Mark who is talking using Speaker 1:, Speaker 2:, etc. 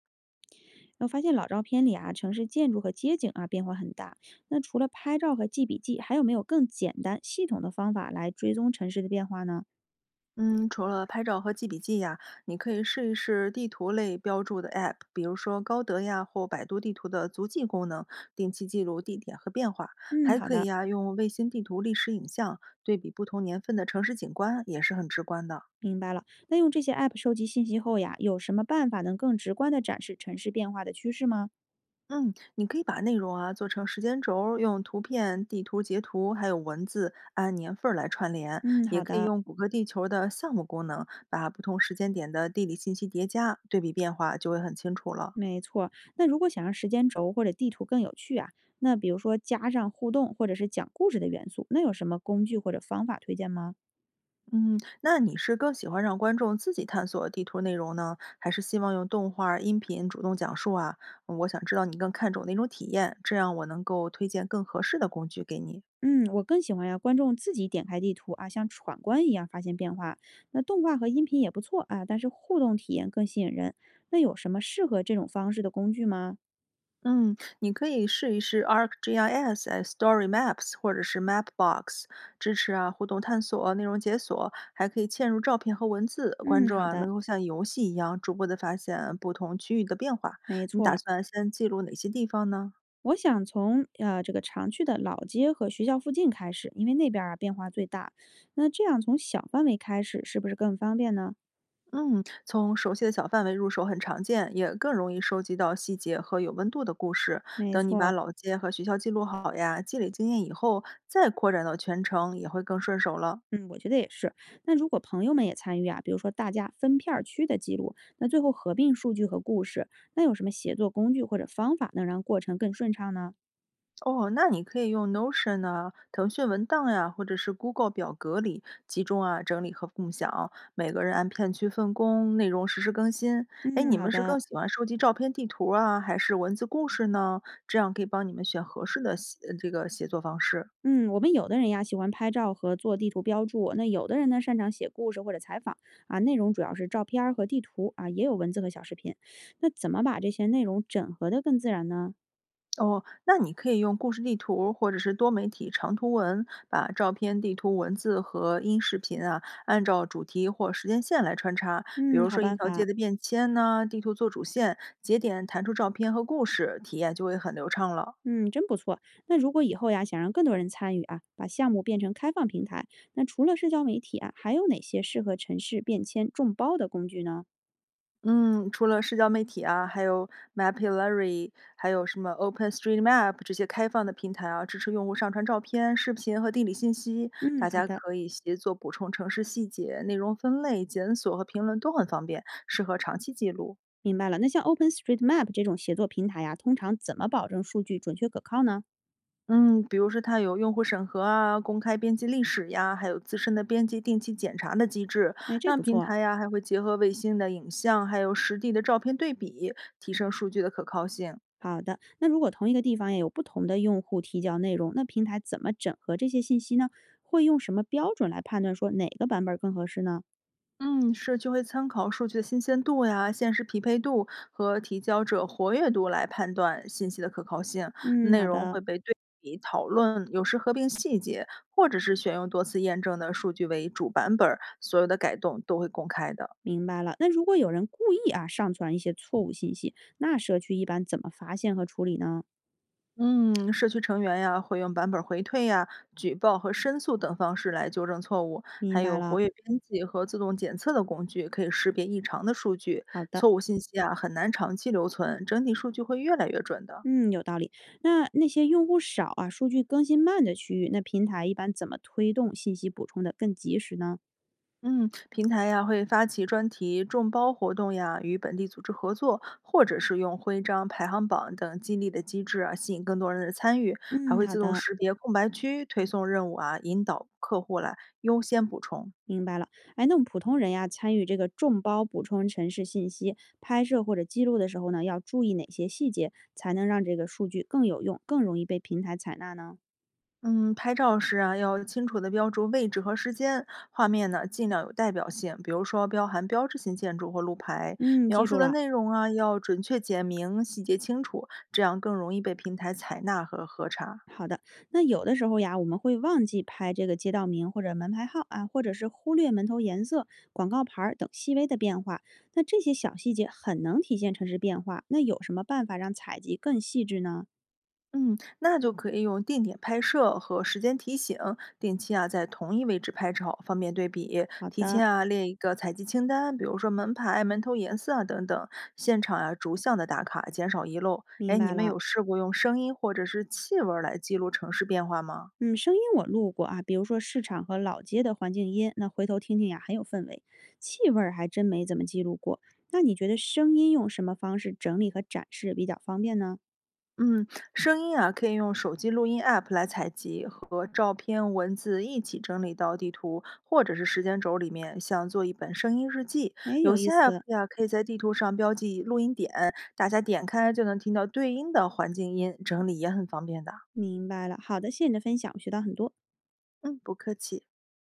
Speaker 1: 我发现老照片里啊，城市建筑和街景啊变化很大。那除了拍照和记笔记，还有没有更简单、系统的方法来追踪城市的变化呢？
Speaker 2: 嗯，除了拍照和记笔记呀，你可以试一试地图类标注的 App，比如说高德呀或百度地图的足迹功能，定期记录地点和变化。
Speaker 1: 嗯，
Speaker 2: 还
Speaker 1: 好
Speaker 2: 可以
Speaker 1: 的，
Speaker 2: 呀，用卫星地图历史影像对比不同年份的城市景观，也是很直观的。
Speaker 1: 明白了。那用这些 app 收集信息后呀，有什么办法能更直观的展示城市变化的趋势吗？
Speaker 2: 嗯，你可以把内容啊做成时间轴儿，用图片、地图截图还有文字按年份儿来串联，
Speaker 1: 嗯，
Speaker 2: 也
Speaker 1: 好
Speaker 2: 可以
Speaker 1: 的，
Speaker 2: 用谷歌地球的项目功能，把不同时间点的地理信息叠加，对比变化就会很清楚了。
Speaker 1: 没错儿。那如果想让时间轴或者地图更有趣啊，那比如说加上互动或者是讲故事的元素，那有什么工具或者方法推荐吗？
Speaker 2: 嗯，那你是更喜欢让观众自己探索地图内容呢，还是希望用动画儿音频主动讲述啊？我想知道你更看重哪种体验，这样我能够推荐更合适的工具给你。
Speaker 1: 嗯，我更喜欢呀，观众自己点开地图啊，像闯关一样发现变化。那动画和音频也不错啊，但是互动体验更吸引人。那有什么适合这种方式的工具吗？
Speaker 2: 嗯，你可以试一试 ArcGIS、哎 Story Maps 或者是 Mapbox，支持啊互动探索、内容解锁，还可以嵌入照片和文字，观
Speaker 1: 嗯，
Speaker 2: 众
Speaker 1: 好
Speaker 2: 啊能
Speaker 1: 的，
Speaker 2: 够像游戏一样逐步的发现不同区域的变化。
Speaker 1: 没
Speaker 2: 你
Speaker 1: 错
Speaker 2: 打
Speaker 1: 儿。
Speaker 2: 算先记录哪些地方呢？
Speaker 1: 我想从这个常去的老街和学校附近开始，因为那边儿啊变化最大。那这样从小范围开始是不是更方便呢？
Speaker 2: 嗯，从熟悉的小范围入手很常见，也更容易收集到细节和有温度的故事。
Speaker 1: 没
Speaker 2: 等你
Speaker 1: 错
Speaker 2: 把
Speaker 1: 儿，
Speaker 2: 老街和学校记录好呀，积累经验以后，再扩展到全城也会更顺手了。
Speaker 1: 嗯，我觉得也是。那如果朋友们也参与啊，比如说大家分片儿区的记录，那最后合并数据和故事，那有什么协作工具或者方法能让过程更顺畅呢？
Speaker 2: 哦，那你可以用 Notion 啊、腾讯文档呀、或者是 Google 表格里集中啊整理和共享，每个人按片区分工，内容实时更新。哎，
Speaker 1: 嗯，
Speaker 2: 你
Speaker 1: 好
Speaker 2: 们是更
Speaker 1: 的。
Speaker 2: 喜欢收集照片、地图啊，还是文字故事呢？这样可以帮你们选合适的写这个写作方式。
Speaker 1: 嗯，我们有的人呀喜欢拍照和做地图标注，那有的人呢擅长写故事或者采访啊，内容主要是照片儿和地图啊，也有文字和小视频。那怎么把这些内容整合的更自然呢？
Speaker 2: 哦，那你可以用故事地图或者是多媒体长图文，把照片、地图、文字和音视频啊，按照主题或时间线来穿插。比
Speaker 1: 嗯，
Speaker 2: 如
Speaker 1: 好
Speaker 2: 说一
Speaker 1: 办
Speaker 2: 条街
Speaker 1: 法。
Speaker 2: 的变迁呢、地图做主线，节点弹出照片和故事，体验就会很流畅了。
Speaker 1: 嗯，真不错。那如果以后呀，想让更多人参与啊，把项目变成开放平台，那除了社交媒体啊，还有哪些适合城市变迁众包的工具呢？
Speaker 2: 嗯，除了社交媒体啊，还有 Mapillary，还有什么 OpenStreetMap 这些开放的平台啊，支持用户上传照片、视频和地理信息，大
Speaker 1: 嗯，好
Speaker 2: 家
Speaker 1: 的，
Speaker 2: 可以协作补充城市细节、内容分类、检索和评论都很方便，适合长期记录。
Speaker 1: 明白了。那像 OpenStreetMap 这种协作平台呀，通常怎么保证数据准确可靠呢？
Speaker 2: 嗯，比如说它有用户审核啊、公开编辑历史呀，还有自身的编辑定期检查的机制。
Speaker 1: 哎，这
Speaker 2: 那
Speaker 1: 不
Speaker 2: 平
Speaker 1: 错。
Speaker 2: 台呀还会结合卫星的影像，还有实地的照片对比，提升数据的可靠性。
Speaker 1: 好的，那如果同一个地方也有不同的用户提交内容，那平台怎么整合这些信息呢？会用什么标准来判断说哪个版本更合适呢？
Speaker 2: 嗯，社区会参考数据的新鲜度呀、现实匹配度和提交者活跃度来判断信息的可靠性。
Speaker 1: 嗯，
Speaker 2: 内
Speaker 1: 好
Speaker 2: 容
Speaker 1: 的。
Speaker 2: 会被对比讨论，有时合并细节，或者是选用多次验证的数据为主版本儿所有的改动都会公开的。
Speaker 1: 明白了。那如果有人故意啊上传一些错误信息，那社区一般怎么发现和处理呢？
Speaker 2: 嗯，社区成员呀会用版本回退呀、举报和申诉等方式来纠正错误，还
Speaker 1: 明白
Speaker 2: 有活
Speaker 1: 了，
Speaker 2: 跃编辑和自动检测的工具可以识别异常的数据。
Speaker 1: 好的，
Speaker 2: 错误信息啊很难长期留存，整体数据会越来越准的。
Speaker 1: 嗯，有道理。那那些用户少啊、数据更新慢的区域，那平台一般怎么推动信息补充的更及时呢？
Speaker 2: 嗯，平台呀会发起专题众包活动呀，与本地组织合作，或者是用徽章、排行榜等激励的机制啊，吸引更多人的参与，还
Speaker 1: 嗯，
Speaker 2: 会
Speaker 1: 好
Speaker 2: 自动
Speaker 1: 的，
Speaker 2: 识别空白区，推送任务啊，引导客户来优先补充。
Speaker 1: 明白了。哎，那我们普通人呀，参与这个众包补充城市信息拍摄或者记录的时候呢，要注意哪些细节，才能让这个数据更有用，更容易被平台采纳呢？
Speaker 2: 嗯，拍照时啊，要清楚的标注位置和时间，画面呢尽量有代表性，比如说标含标志性建筑或路牌，
Speaker 1: 嗯，
Speaker 2: 描
Speaker 1: 记
Speaker 2: 述
Speaker 1: 住
Speaker 2: 的
Speaker 1: 了。
Speaker 2: 内容啊要准确简明、细节清楚，这样更容易被平台采纳和核查。
Speaker 1: 好的，那有的时候呀，我们会忘记拍这个街道名或者门牌号啊，或者是忽略门头颜色、广告牌儿等细微的变化。那这些小细节很能体现城市变化。那有什么办法让采集更细致呢？
Speaker 2: 嗯，那就可以用定点拍摄和时间提醒，定期啊在同一位置拍照，方便对比。
Speaker 1: 好
Speaker 2: 提
Speaker 1: 的，
Speaker 2: 前啊列一个采集清单，比如说门牌、门头颜色啊等等，现场啊逐项的打卡，减少遗漏。哎，
Speaker 1: 明
Speaker 2: 你
Speaker 1: 白
Speaker 2: 们
Speaker 1: 了。
Speaker 2: 有试过用声音或者是气味儿来记录城市变化吗？
Speaker 1: 嗯，声音我录过啊，比如说市场和老街的环境音，那回头听听呀，很有氛围。气味儿还真没怎么记录过。那你觉得声音用什么方式整理和展示比较方便呢？
Speaker 2: 嗯，声音啊，可以用手机录音 App 来采集，和照片、文字一起整理到地图或者是时间轴里面，像做一本声音日记。
Speaker 1: 哎，
Speaker 2: 有
Speaker 1: 有意
Speaker 2: 些 App
Speaker 1: 思，
Speaker 2: 呀，可以在地图上标记录音点，大家点开就能听到对应的环境音，整理也很方便的。
Speaker 1: 明白了。好的，谢谢你的分享，我学到很多。
Speaker 2: 嗯，不客气。